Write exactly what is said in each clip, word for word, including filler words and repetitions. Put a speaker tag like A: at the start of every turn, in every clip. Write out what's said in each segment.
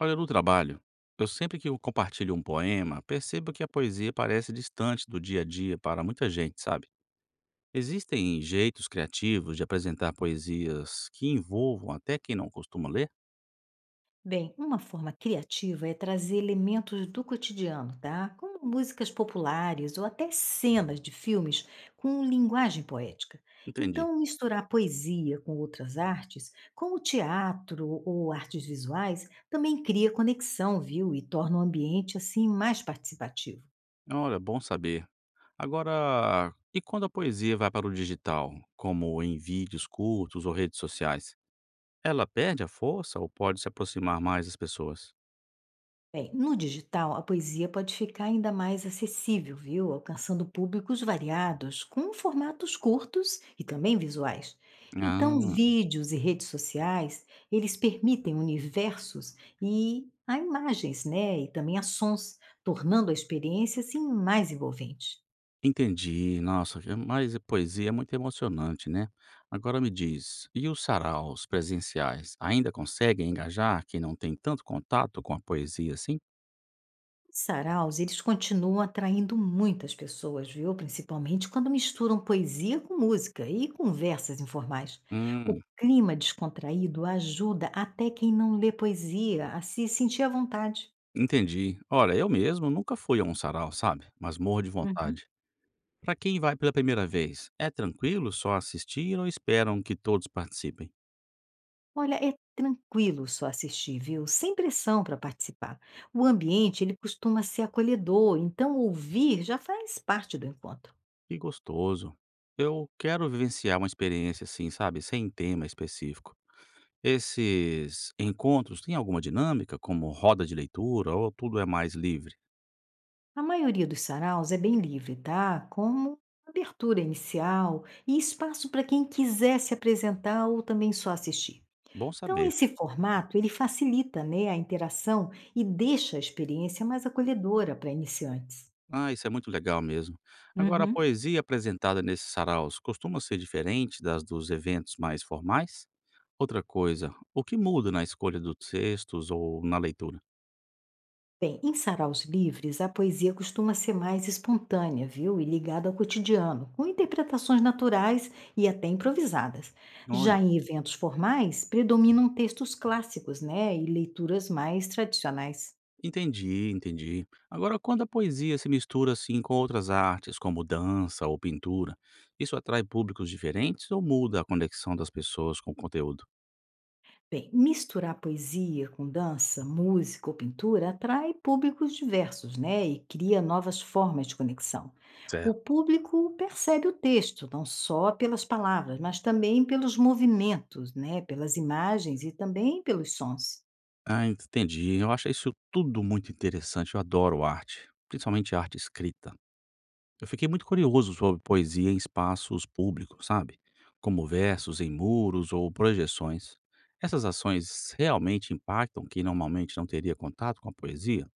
A: Olha, no trabalho, eu sempre que eu compartilho um poema, percebo que a poesia parece distante do dia a dia para muita gente, sabe? Existem jeitos criativos de apresentar poesias que envolvam até quem não costuma ler?
B: Bem, uma forma criativa é trazer elementos do cotidiano, tá? Como músicas populares ou até cenas de filmes com linguagem poética.
A: Entendi.
B: Então, misturar poesia com outras artes, como teatro ou artes visuais, também cria conexão, viu? E torna o ambiente assim mais participativo.
A: Olha, bom saber. Agora, e quando a poesia vai para o digital, como em vídeos curtos ou redes sociais? Ela perde a força ou pode se aproximar mais das pessoas?
B: Bem, no digital, a poesia pode ficar ainda mais acessível, viu? Alcançando públicos variados, com formatos curtos e também visuais. Então,
A: Ah.
B: vídeos e redes sociais, eles permitem universos e a imagens, né? E também a sons, tornando a experiência assim mais envolvente.
A: Entendi. Nossa, é, mas a poesia é muito emocionante, né. Agora me diz, e os saraus presenciais ainda conseguem engajar quem não tem tanto contato com a poesia assim?
B: Saraus, eles continuam atraindo muitas pessoas, viu? Principalmente quando misturam poesia com música e conversas informais. O
A: Hum,
B: clima descontraído ajuda até quem não lê poesia a se sentir à vontade.
A: entendi. Olha, eu mesmo nunca fui a um sarau, sabe, mas morro de
B: Uhum.
A: vontade. Pra quem vai pela primeira vez, é tranquilo só assistir ou esperam que todos participem?
B: Olha, é tranquilo só assistir, viu? Sem pressão para participar. O ambiente, ele costuma ser acolhedor, então ouvir já faz parte do encontro.
A: Que gostoso. Eu quero vivenciar uma experiência assim, sabe, sem tema específico. Esses encontros têm alguma dinâmica, como roda de leitura ou tudo é mais livre?
B: A maioria dos saraus é bem livre, tá? Como abertura inicial e espaço para quem quiser se apresentar ou também só assistir.
A: Bom
B: Então,
A: saber.
B: esse formato ele facilita, né, a interação e deixa a experiência mais acolhedora para iniciantes.
A: Ah, isso é muito legal mesmo. Agora, a
B: Uhum.
A: poesia apresentada nesses saraus costuma ser diferente das dos eventos mais formais? Outra coisa, o que muda na escolha dos textos ou na leitura?
B: Bem, em saraus livres, a poesia costuma ser mais espontânea, viu? E ligada ao cotidiano, com interpretações naturais e até improvisadas. Já
A: Olha,
B: em eventos formais, predominam textos clássicos, né? E leituras mais tradicionais.
A: entendi, entendi. Agora, quando a poesia se mistura assim com outras artes, como dança ou pintura, isso atrai públicos diferentes ou muda a conexão das pessoas com o conteúdo?
B: Bem, misturar poesia com dança, música ou pintura atrai públicos diversos, né? E cria novas formas de conexão. O
A: Certo.
B: público percebe o texto, não só pelas palavras, mas também pelos movimentos, né? Pelas imagens e também pelos sons.
A: Ah, entendi. Eu acho isso tudo muito interessante. Eu adoro arte, principalmente arte escrita. Eu fiquei muito curioso sobre poesia em espaços públicos, sabe? Como versos em muros ou projeções. Essas ações realmente impactam quem normalmente não teria contato com a poesia?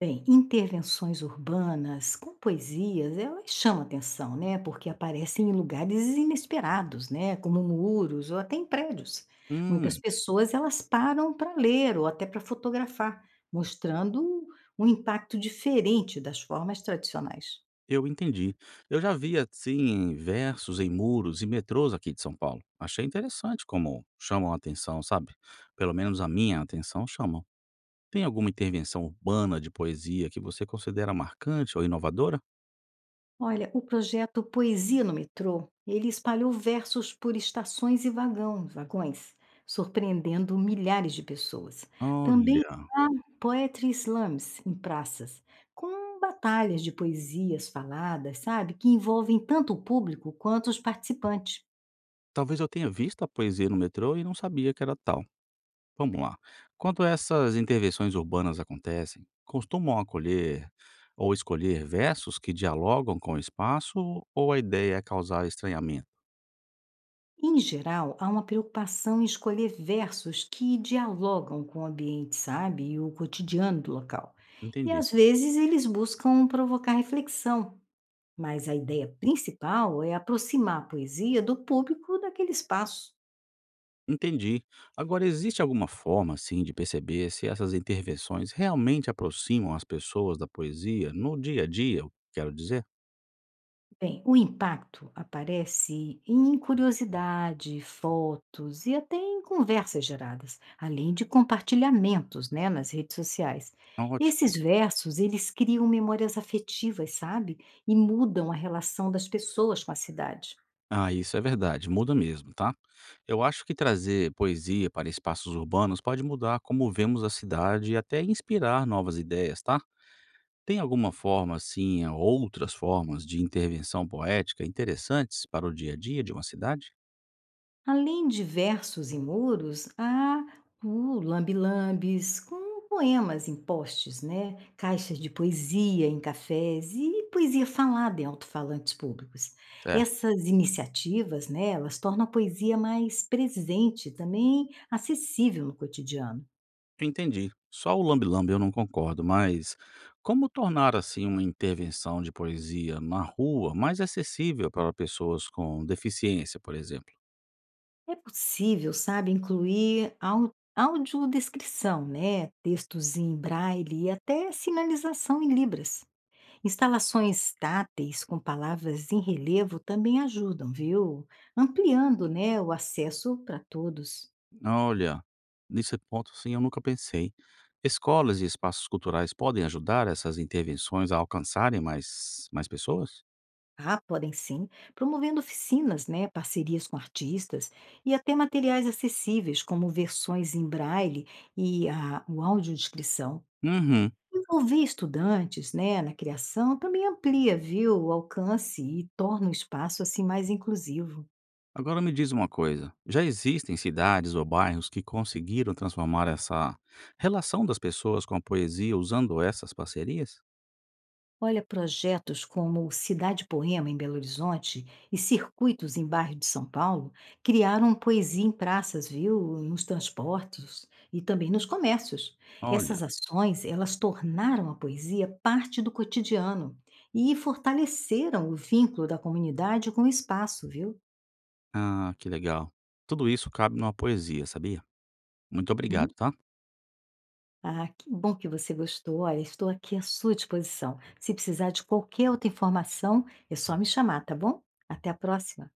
B: Bem, intervenções urbanas com poesias, elas chamam atenção, né? Porque aparecem em lugares inesperados, né? Como muros ou até em prédios. Muitas
A: Hum,
B: pessoas elas param para ler ou até para fotografar, mostrando um impacto diferente das formas tradicionais.
A: eu entendi. Eu já vi assim versos em muros e metrôs aqui de São Paulo. Achei interessante como chamam a atenção, sabe? Pelo menos a minha atenção chamam. Tem alguma intervenção urbana de poesia que você considera marcante ou inovadora?
B: Olha, o projeto Poesia no Metrô, ele espalhou versos por estações e vagão, vagões, surpreendendo milhares de pessoas. Também
A: Olha,
B: há poetry slams em praças, com batalhas de poesias faladas, sabe, que envolvem tanto o público quanto os participantes.
A: talvez eu tenha visto a poesia no metrô e não sabia que era tal. Vamos lá. Quando essas intervenções urbanas acontecem, costumam acolher ou escolher versos que dialogam com o espaço ou a ideia é causar estranhamento?
B: Em geral, há uma preocupação em escolher versos que dialogam com o ambiente, sabe, e o cotidiano do local. E
A: Entendi.
B: às vezes eles buscam provocar reflexão. Mas a ideia principal é aproximar a poesia do público daquele espaço.
A: Entendi. Agora, existe alguma forma, assim, de perceber se essas intervenções realmente aproximam as pessoas da poesia no dia a dia? Quero dizer,
B: Bem, o impacto aparece em curiosidade, fotos e até em conversas geradas, além de compartilhamentos, né, nas redes sociais. Esses
A: ótimo.
B: versos, eles criam memórias afetivas, sabe? E mudam a relação das pessoas com a cidade.
A: Ah, isso é verdade, muda mesmo, tá? Eu acho que trazer poesia para espaços urbanos pode mudar como vemos a cidade e até inspirar novas ideias, tá? Tem alguma forma, assim, outras formas de intervenção poética interessantes para o dia a dia de uma cidade?
B: Além de versos e muros, há o lambe-lambes com poemas em postes, né? Caixas de poesia em cafés e poesia falada em alto-falantes públicos.
A: Certo,
B: Essas iniciativas, né, elas tornam a poesia mais presente, e também acessível no cotidiano.
A: entendi. Só o lambe-lambe eu não concordo, mas como tornar, assim, uma intervenção de poesia na rua mais acessível para pessoas com deficiência, por exemplo?
B: É possível, sabe, incluir au- audiodescrição, né, textos em braille e até sinalização em libras. Instalações táteis com palavras em relevo também ajudam, viu? Ampliando, né, o acesso para todos.
A: Olha, nesse ponto, sim, eu nunca pensei. Escolas e espaços culturais podem ajudar essas intervenções a alcançarem mais, mais pessoas?
B: Ah, podem sim, promovendo oficinas, né, parcerias com artistas e até materiais acessíveis, como versões em braille e a, o audiodescrição.
A: Uhum.
B: Envolver estudantes, né, na criação também amplia, viu, o alcance e torna o espaço assim mais inclusivo.
A: Agora me diz uma coisa: já existem cidades ou bairros que conseguiram transformar essa relação das pessoas com a poesia usando essas parcerias?
B: Olha, projetos como o Cidade Poema em Belo Horizonte e circuitos em bairro de São Paulo criaram poesia em praças, viu? Nos transportes e também nos comércios.
A: Olha,
B: Essas ações, elas tornaram a poesia parte do cotidiano e fortaleceram o vínculo da comunidade com o espaço, viu?
A: ah, que legal. Tudo isso cabe numa poesia, sabia? Muito obrigado,
B: Uhum.
A: tá?
B: Ah, que bom que você gostou. Olha, estou aqui à sua disposição. Se precisar de qualquer outra informação, é só me chamar, tá bom? Até a próxima.